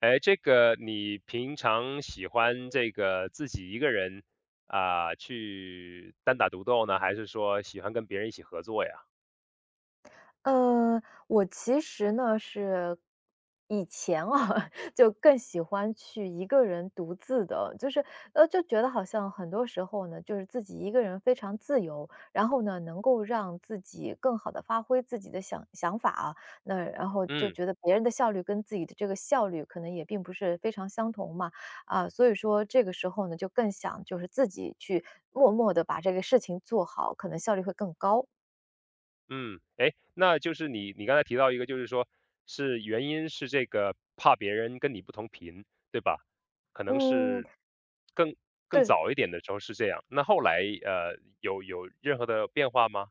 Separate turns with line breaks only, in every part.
哎，这个你平常喜欢这个自己一个人啊，去单打独斗呢，还是说喜欢跟别人一起合作呀？
呃，我其实呢是以前啊，就更喜欢去一个人独自的，就是就觉得好像很多时候呢，就是自己一个人非常自由，然后呢，能够让自己更好的发挥自己的想法啊，那然后就
嗯
觉得别人的效率跟自己的这个效率可能也并不是非常相同嘛，啊，所以说这个时候呢，就更想就是自己去默默的把这个事情做好，可能效率会更高。
嗯，哎，那就是你刚才提到一个，就是说是原因是这个怕别人跟你不同频，对吧？可能
嗯，
是更更
对，
早一点的时候是这样，那后来有任何的变化吗？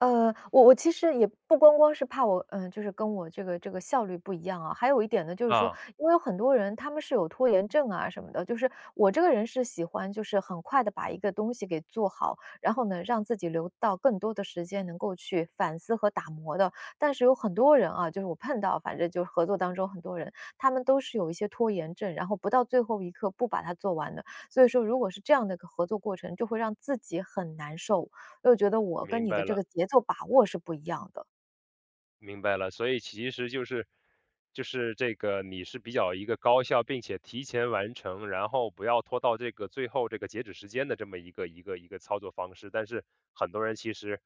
我其实也不光光是怕我嗯，就是跟我这个效率不一样啊，还有一点呢，就是说，
啊，
因为有很多人他们是有拖延症啊什么的，就是我这个人是喜欢就是很快的把一个东西给做好，然后呢，让自己留到更多的时间能够去反思和打磨的。但是有很多人啊，就是我碰到，反正就是合作当中很多人，他们都是有一些拖延症，然后不到最后一刻不把它做完的。所以说如果是这样的一个合作过程，就会让自己很难受。又觉得我跟
明
你的
白
这
了。
个节奏把握是不一样的。
明白了，所以其实就是就是这个你是比较一个高效，并且提前完成，然后不要拖到这个最后这个截止时间的这么一个操作方式。但是很多人其实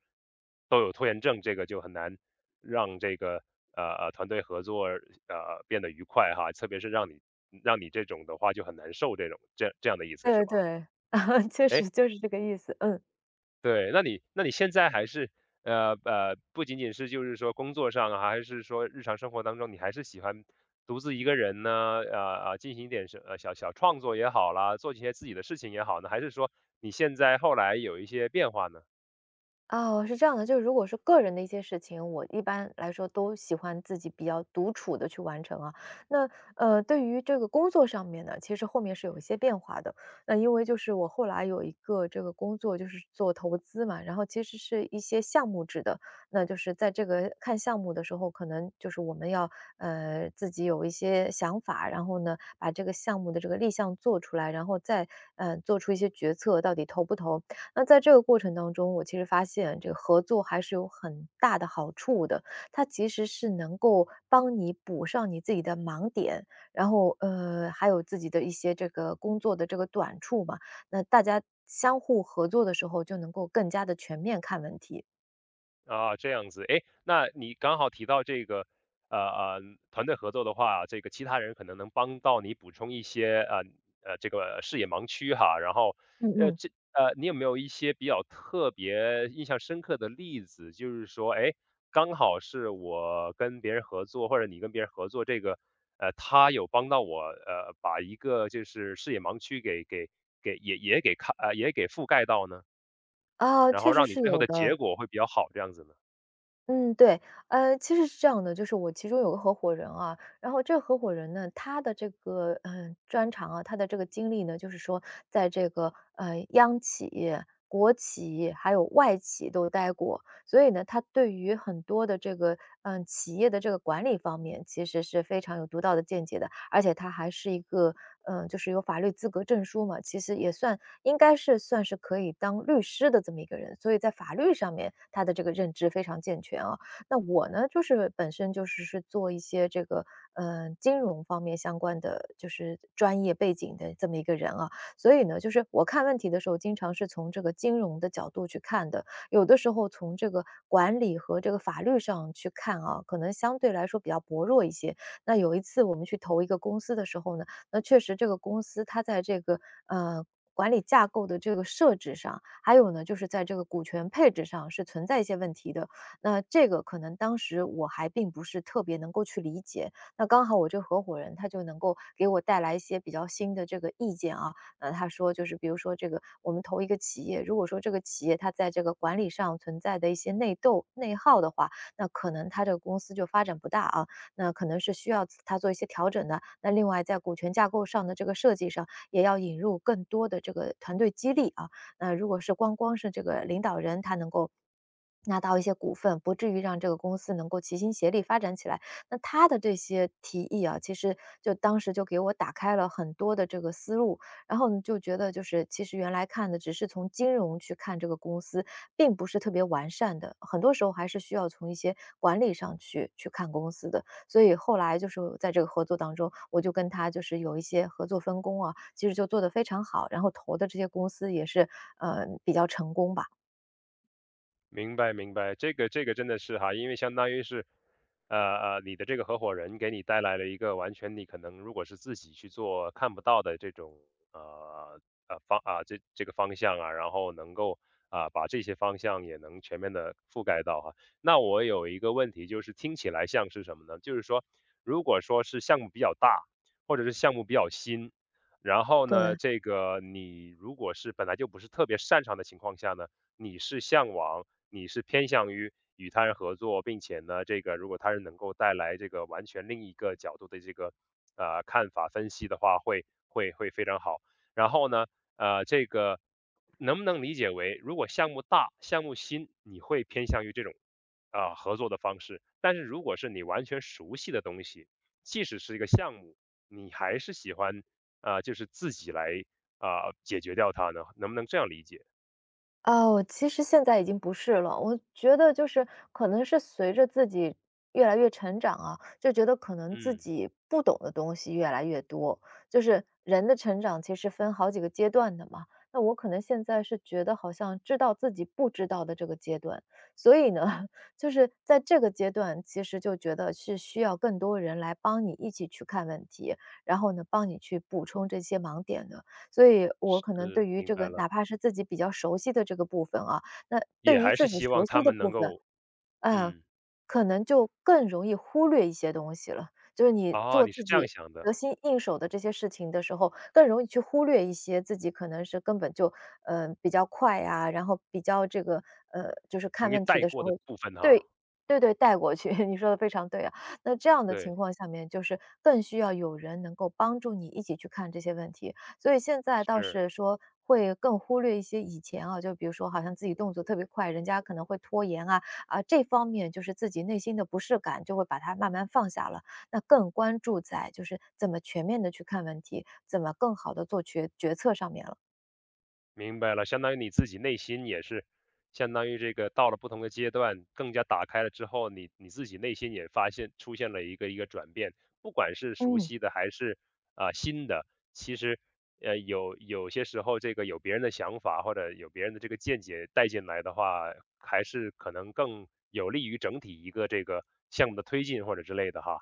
都有拖延症，这个就很难让这个团队合作变得愉快哈，特别是让你让你这种的话就很难受这种这样的意思是
对对
吧？
对，确
哎，
实就是这个意思，嗯。
对，那你现在还是不仅仅是就是说工作上啊，还是说日常生活当中，你还是喜欢独自一个人呢？呃进行一点小小创作也好啦，做一些自己的事情也好呢，还是说你现在后来有一些变化呢？
哦，是这样的，就是如果是个人的一些事情，我一般来说都喜欢自己比较独处的去完成啊。那，对于这个工作上面呢，其实后面是有一些变化的。那因为就是我后来有一个这个工作就是做投资嘛，然后其实是一些项目制的，那就是在这个看项目的时候，可能就是我们要，自己有一些想法，然后呢，把这个项目的这个立项做出来，然后再做出一些决策，到底投不投。那在这个过程当中，我其实发现这个合作还是有很大的好处的，它其实是能够帮你补上你自己的盲点，然后，还有自己的一些这个工作的这个短处嘛。那大家相互合作的时候，就能够更加的全面看问题。
啊，这样子，哎，那你刚好提到这个，呃呃，团队合作的话，这个其他人可能能帮到你补充一些，这个视野盲区哈。然后，
嗯嗯，
你有没有一些比较特别、印象深刻的例子？就是说，哎，刚好是我跟别人合作，或者你跟别人合作，这个，呃，他有帮到我，呃，把一个就是视野盲区给也给看，呃，也给覆盖到呢，
啊，
然
确
后
实
让你
是
最后
有
的
的。
结果会比较好，这样子呢？
嗯，对，其实是这样的，就是我其中有个合伙人啊，然后这个合伙人呢，他的这个专长啊，他的这个经历呢，就是说在这个央企、国企还有外企都待过，所以呢，他对于很多的这个，嗯，企业的这个管理方面其实是非常有独到的见解的，而且他还是一个，嗯，就是有法律资格证书嘛，其实也算应该是算是可以当律师的这么一个人，所以在法律上面他的这个认知非常健全啊。那我呢，就是本身就是做一些这个，金融方面相关的就是专业背景的这么一个人啊，所以呢，就是我看问题的时候，经常是从这个金融的角度去看的，有的时候从这个管理和这个法律上去看啊，可能相对来说比较薄弱一些。那有一次我们去投一个公司的时候呢，那确实这个公司它在这个呃管理架构的这个设置上，还有呢就是在这个股权配置上是存在一些问题的。那这个可能当时我还并不是特别能够去理解，那刚好我这合伙人他就能够给我带来一些比较新的这个意见啊，他说就是比如说这个我们投一个企业，如果说这个企业它在这个管理上存在的一些内斗、内耗的话，那可能它这个公司就发展不大啊，那可能是需要他做一些调整的。那另外在股权架构上的这个设计上，也要引入更多的这个团队激励啊。那如果是光光是这个领导人他能够。拿到一些股份，不至于让这个公司能够齐心协力发展起来。那他的这些提议啊，其实就当时就给我打开了很多的这个思路，然后你就觉得就是其实原来看的只是从金融去看这个公司，并不是特别完善的，很多时候还是需要从一些管理上去看公司的。所以后来就是在这个合作当中，我就跟他就是有一些合作分工啊，其实就做得非常好，然后投的这些公司也是，比较成功吧。
明白明白，这个这个真的是哈，因为相当于是，你的这个合伙人给你带来了一个完全你可能如果是自己去做看不到的这种呃呃方啊这个方向啊，然后能够啊把这些方向也能全面的覆盖到哈。那我有一个问题就是听起来像是什么呢？就是说，如果说是项目比较大，或者是项目比较新，然后呢，
对。
这个你如果是本来就不是特别擅长的情况下呢。你是向往，你是偏向于与他人合作，并且呢，这个如果他人能够带来这个完全另一个角度的这个呃看法分析的话，会非常好。然后呢，呃，这个能不能理解为，如果项目大、项目新，你会偏向于这种啊、呃合作的方式；但是如果是你完全熟悉的东西，即使是一个项目，你还是喜欢啊、呃就是自己来啊、解决掉它呢？能不能这样理解？
啊，我其实现在已经不是了。我觉得就是可能是随着自己越来越成长啊，就觉得可能自
嗯。
己不懂的东西越来越多。就是人的成长其实分好几个阶段的嘛。那我可能现在是觉得好像知道自己不知道的这个阶段，所以呢，就是在这个阶段，其实就觉得是需要更多人来帮你一起去看问题，然后呢，帮你去补充这些盲点的。所以我可能
是，
对于
明
这
白
个
了，
哪怕是自己比较熟悉的这个部分啊，那
也
对于
还是
自己
希
熟
望
悉
他
的
们
部
能
分
够
嗯，
嗯，
可能就更容易忽略一些东西了。就是你
哦，
做
你是
自
这样
己
想
得
的，
心应手的这些事情的时候，更容易去忽略一些自己可能是根本就，比较快呀，然后比较这个，就是看
容易
问题
带
的时
过的
候
部分哈，
对，对对，带过去，你说的非常对啊。那这样的情
对，
况下面，就是更需要有人能够帮助你一起去看这些问题。所以现在倒
是。
是说会更忽略一些以前啊，就比如说好像自己动作特别快，人家可能会拖延啊，啊，这方面就是自己内心的不适感，就会把它慢慢放下了。那更关注在就是怎么全面的去看问题，怎么更好的做决策上面了。
明白了，相当于你自己内心也是，相当于这个到了不同的阶段，更加打开了之后，你自己内心也发现出现了一个转变，不管是熟
嗯。
悉的还是啊、新的，其实有些时候这个有别人的想法或者有别人的这个见解带进来的话，还是可能更有利于整体一个这个项目的推进或者之类的哈。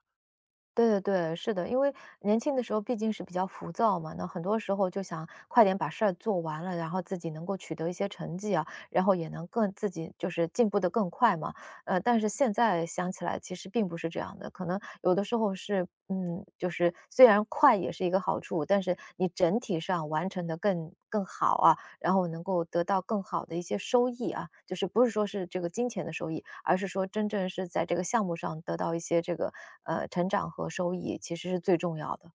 对对对，是的，因为年轻的时候毕竟是比较浮躁嘛，那很多时候就想快点把事儿做完了，然后自己能够取得一些成绩啊，然后也能更自己就是进步得更快嘛。但是现在想起来，其实并不是这样的，可能有的时候是，嗯，就是虽然快也是一个好处，但是你整体上完成的更好啊，然后能够得到更好的一些收益啊，就是不是说是这个金钱的收益，而是说真正是在这个项目上得到一些这个成长和收益，其实是最重要的。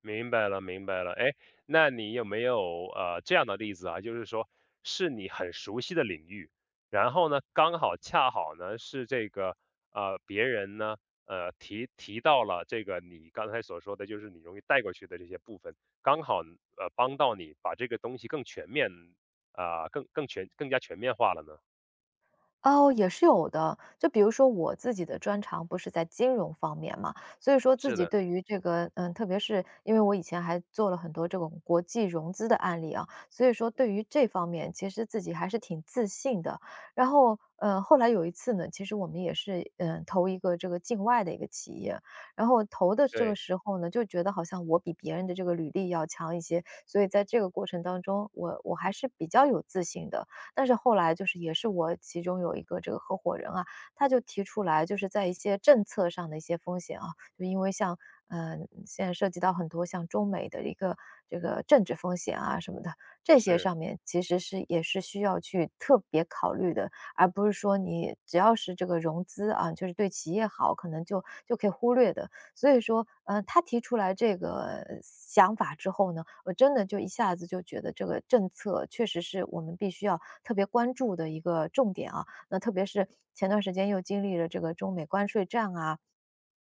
明白了，明白了。哎，那你有没有呃这样的例子啊？就是说，是你很熟悉的领域，然后呢，刚好恰好呢是这个呃别人呢呃提提到了这个你刚才所说的，就是你容易带过去的这些部分，刚好帮到你把这个东西更全面啊、更加全面化了呢？
哦，也是有的。就比如说我自己的专长不是在金融方面嘛，所以说自
是
己
的，
对于这个，嗯，特别是因为我以前还做了很多这种国际融资的案例啊，所以说对于这方面其实自己还是挺自信的。然后，后来有一次呢，其实我们也是，嗯，投一个这个境外的一个企业，然后投的这个
对，
时候呢，就觉得好像我比别人的这个履历要强一些，所以在这个过程当中，我还是比较有自信的。但是后来就是也是我其中有一个这个合伙人啊，他就提出来，就是在一些政策上的一些风险啊，就因为像现在涉及到很多像中美的一个这个政治风险啊什么的，这些
是。
上面其实是也是需要去特别考虑的，而不是说你只要是这个融资啊，就是对企业好，可能就可以忽略的。所以说，他提出来这个想法之后呢，我真的就一下子就觉得这个政策确实是我们必须要特别关注的一个重点啊。那特别是前段时间又经历了这个中美关税战啊，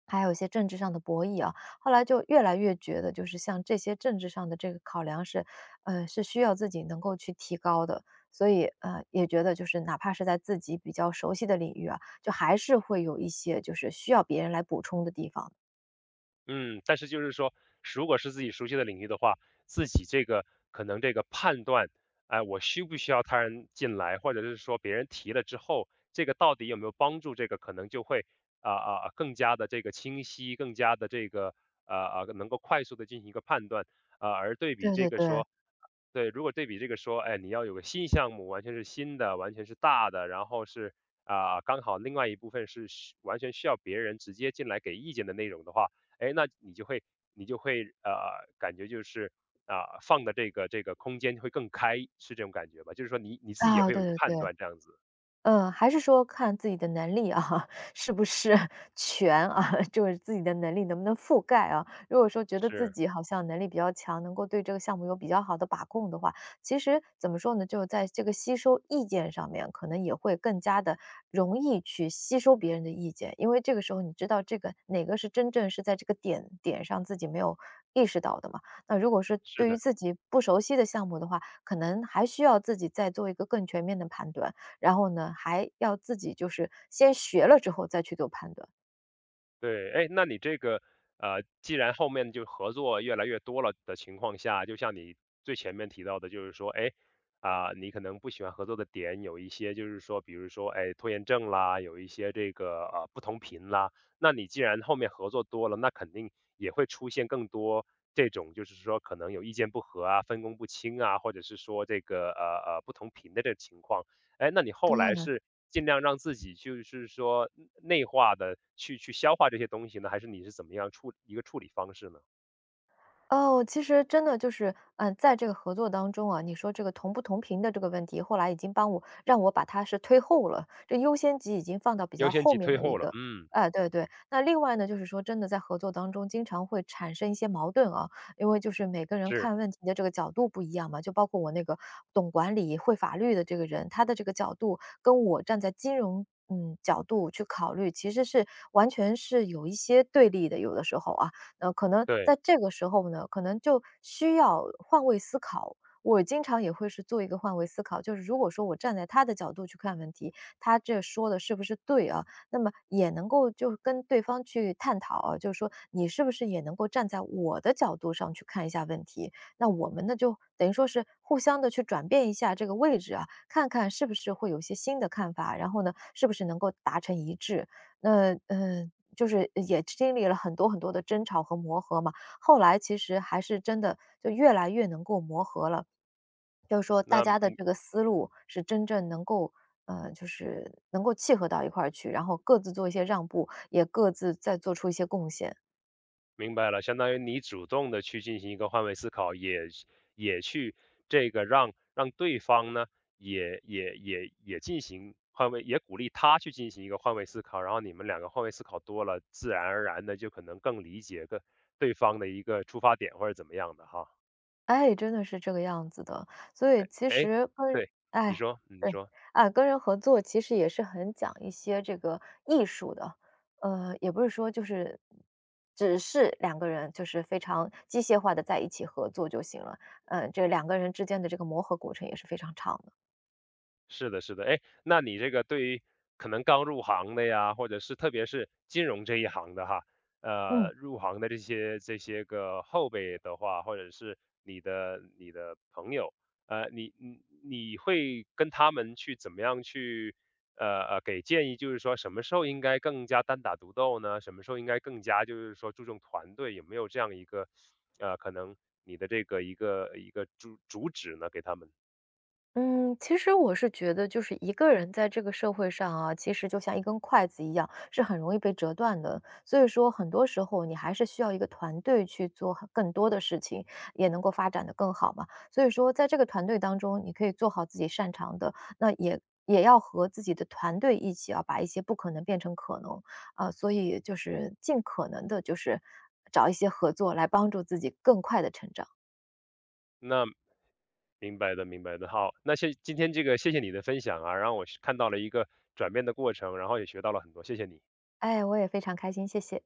还有一些政治上的博弈啊，后来就越来越觉得，就是像这些政治上的这个考量是，是需要自己能够去提高的。所以，也觉得就是哪怕是在自己比较熟悉的领域啊，就还是会有一些就是需要别人来补充的地方的。
嗯，但是就是说，如果是自己熟悉的领域的话，自己这个可能这个判断，哎，我需不需要他人进来，或者是说别人提了之后，这个到底有没有帮助，这个可能就会更加的这个清晰，更加的这个能够快速的进行一个判断，啊，而对比
对
这
对
个
对。
说，对，如果对比这个说，哎，你要有个新项目，完全是新的，完全是大的，然后是啊、刚好另外一部分是完全需要别人直接进来给意见的内容的话。哎，那你就会感觉就是啊、放的这个空间会更开，是这种感觉吧？就是说你自己也
啊，
会有
对
一个
对
判
对。
断，这样子，
嗯，还是说看自己的能力啊，是不是 全啊，就是自己的能力能不能覆盖啊。如果说觉得自
是
己好像能力比较强，能够对这个项目有比较好的把控的话，其实怎么说呢，就在这个吸收意见上面，可能也会更加的容易去吸收别人的意见。因为这个时候你知道这个哪个是真正是在这个点点上自己没有意识到的嘛。那如果是
是
对于
的。
自己不熟悉的项目的话，可能还需要自己再做一个更全面的判断。然后呢，还要自己就是先学了之后再去做判断。
对，哎，那你这个，呃，既然后面就合作越来越多了的情况下，就像你最前面提到的，就是说，哎，啊、你可能不喜欢合作的点有一些，就是说，比如说，哎，拖延症啦，有一些这个呃不同频啦。那你既然后面合作多了，那肯定也会出现更多这种，就是说可能有意见不合啊、分工不清啊，或者是说这个不同频的这个情况。哎，那你后来
对。
是尽量让自己就是说嗯内化的去消化这些东西呢，还是你是怎么样一个处理方式呢？
哦，其实真的就是，嗯，在这个合作当中啊，你说这个同不同频的这个问题，后来已经帮我让我把它是推后了，这优先级已经放到比
优
较
先
后
级
面
推
的一
后了，
个。
嗯，
哎，对对。那另外呢，就是说真的在合作当中经常会产生一些矛盾啊，因为就是每个人
是，
看问题的这个角度不一样嘛，就包括我那个懂管理、会法律的这个人，他的这个角度跟我站在金融角度去考虑，其实是完全是有一些对立的，有的时候啊。可能在
对，
这个时候呢，可能就需要换位思考。我经常也会是做一个换位思考，就是如果说我站在他的角度去看问题，他这说的是不是对啊？那么也能够就是跟对方去探讨啊，就是说你是不是也能够站在我的角度上去看一下问题？那我们呢，就等于说是互相的去转变一下这个位置啊，看看是不是会有一些新的看法，然后呢，是不是能够达成一致？那嗯，就是也经历了很多很多的争吵和磨合嘛，后来其实还是真的就越来越能够磨合了，就是说大家的
那
这个思路是真正能够，就是能够契合到一块儿去，然后各自做一些让步，也各自再做出一些贡献。
明白了，相当于你主动的去进行一个换位思考，也是也去这个让对方呢也进行换位，也鼓励他去进行一个换位思考，然后你们两个换位思考多了，自然而然的就可能更理解个对方的一个出发点或者怎么样的哈。
哎，真的是这个样子的。所以其
哎，
实跟
对，你
哎，
说，嗯你
对。
说。
啊，跟人合作其实也是很讲一些这个艺术的。也不是说就是只是两个人就是非常机械化的在一起合作就行了，这两个人之间的这个磨合过程也是非常长的。
是的，是的，哎，那你这个对于可能刚入行的呀，或者是特别是金融这一行的哈，
嗯。
呃，入行的这些个后辈的话，或者是你的朋友，呃，你会跟他们去怎么样去给建议，就是说什么时候应该更加单打独斗呢？什么时候应该更加就是说注重团队？有没有这样一个呃可能你的这个一个旨呢？给他们？
嗯，其实我是觉得就是一个人在这个社会上啊，其实就像一根筷子一样，是很容易被折断的。所以说很多时候你还是需要一个团队去做很更多的事情，也能够发展的更好嘛。所以说在这个团队当中，你可以做好自己擅长的，那也要和自己的团队一起啊，把一些不可能变成可能。啊，所以就是尽可能的，就是找一些合作来帮助自己更快的成长。
那明白的，明白的。好，那今天这个谢谢你的分享啊，让我是看到了一个转变的过程，然后也学到了很多，谢谢你。
哎，我也非常开心，谢谢。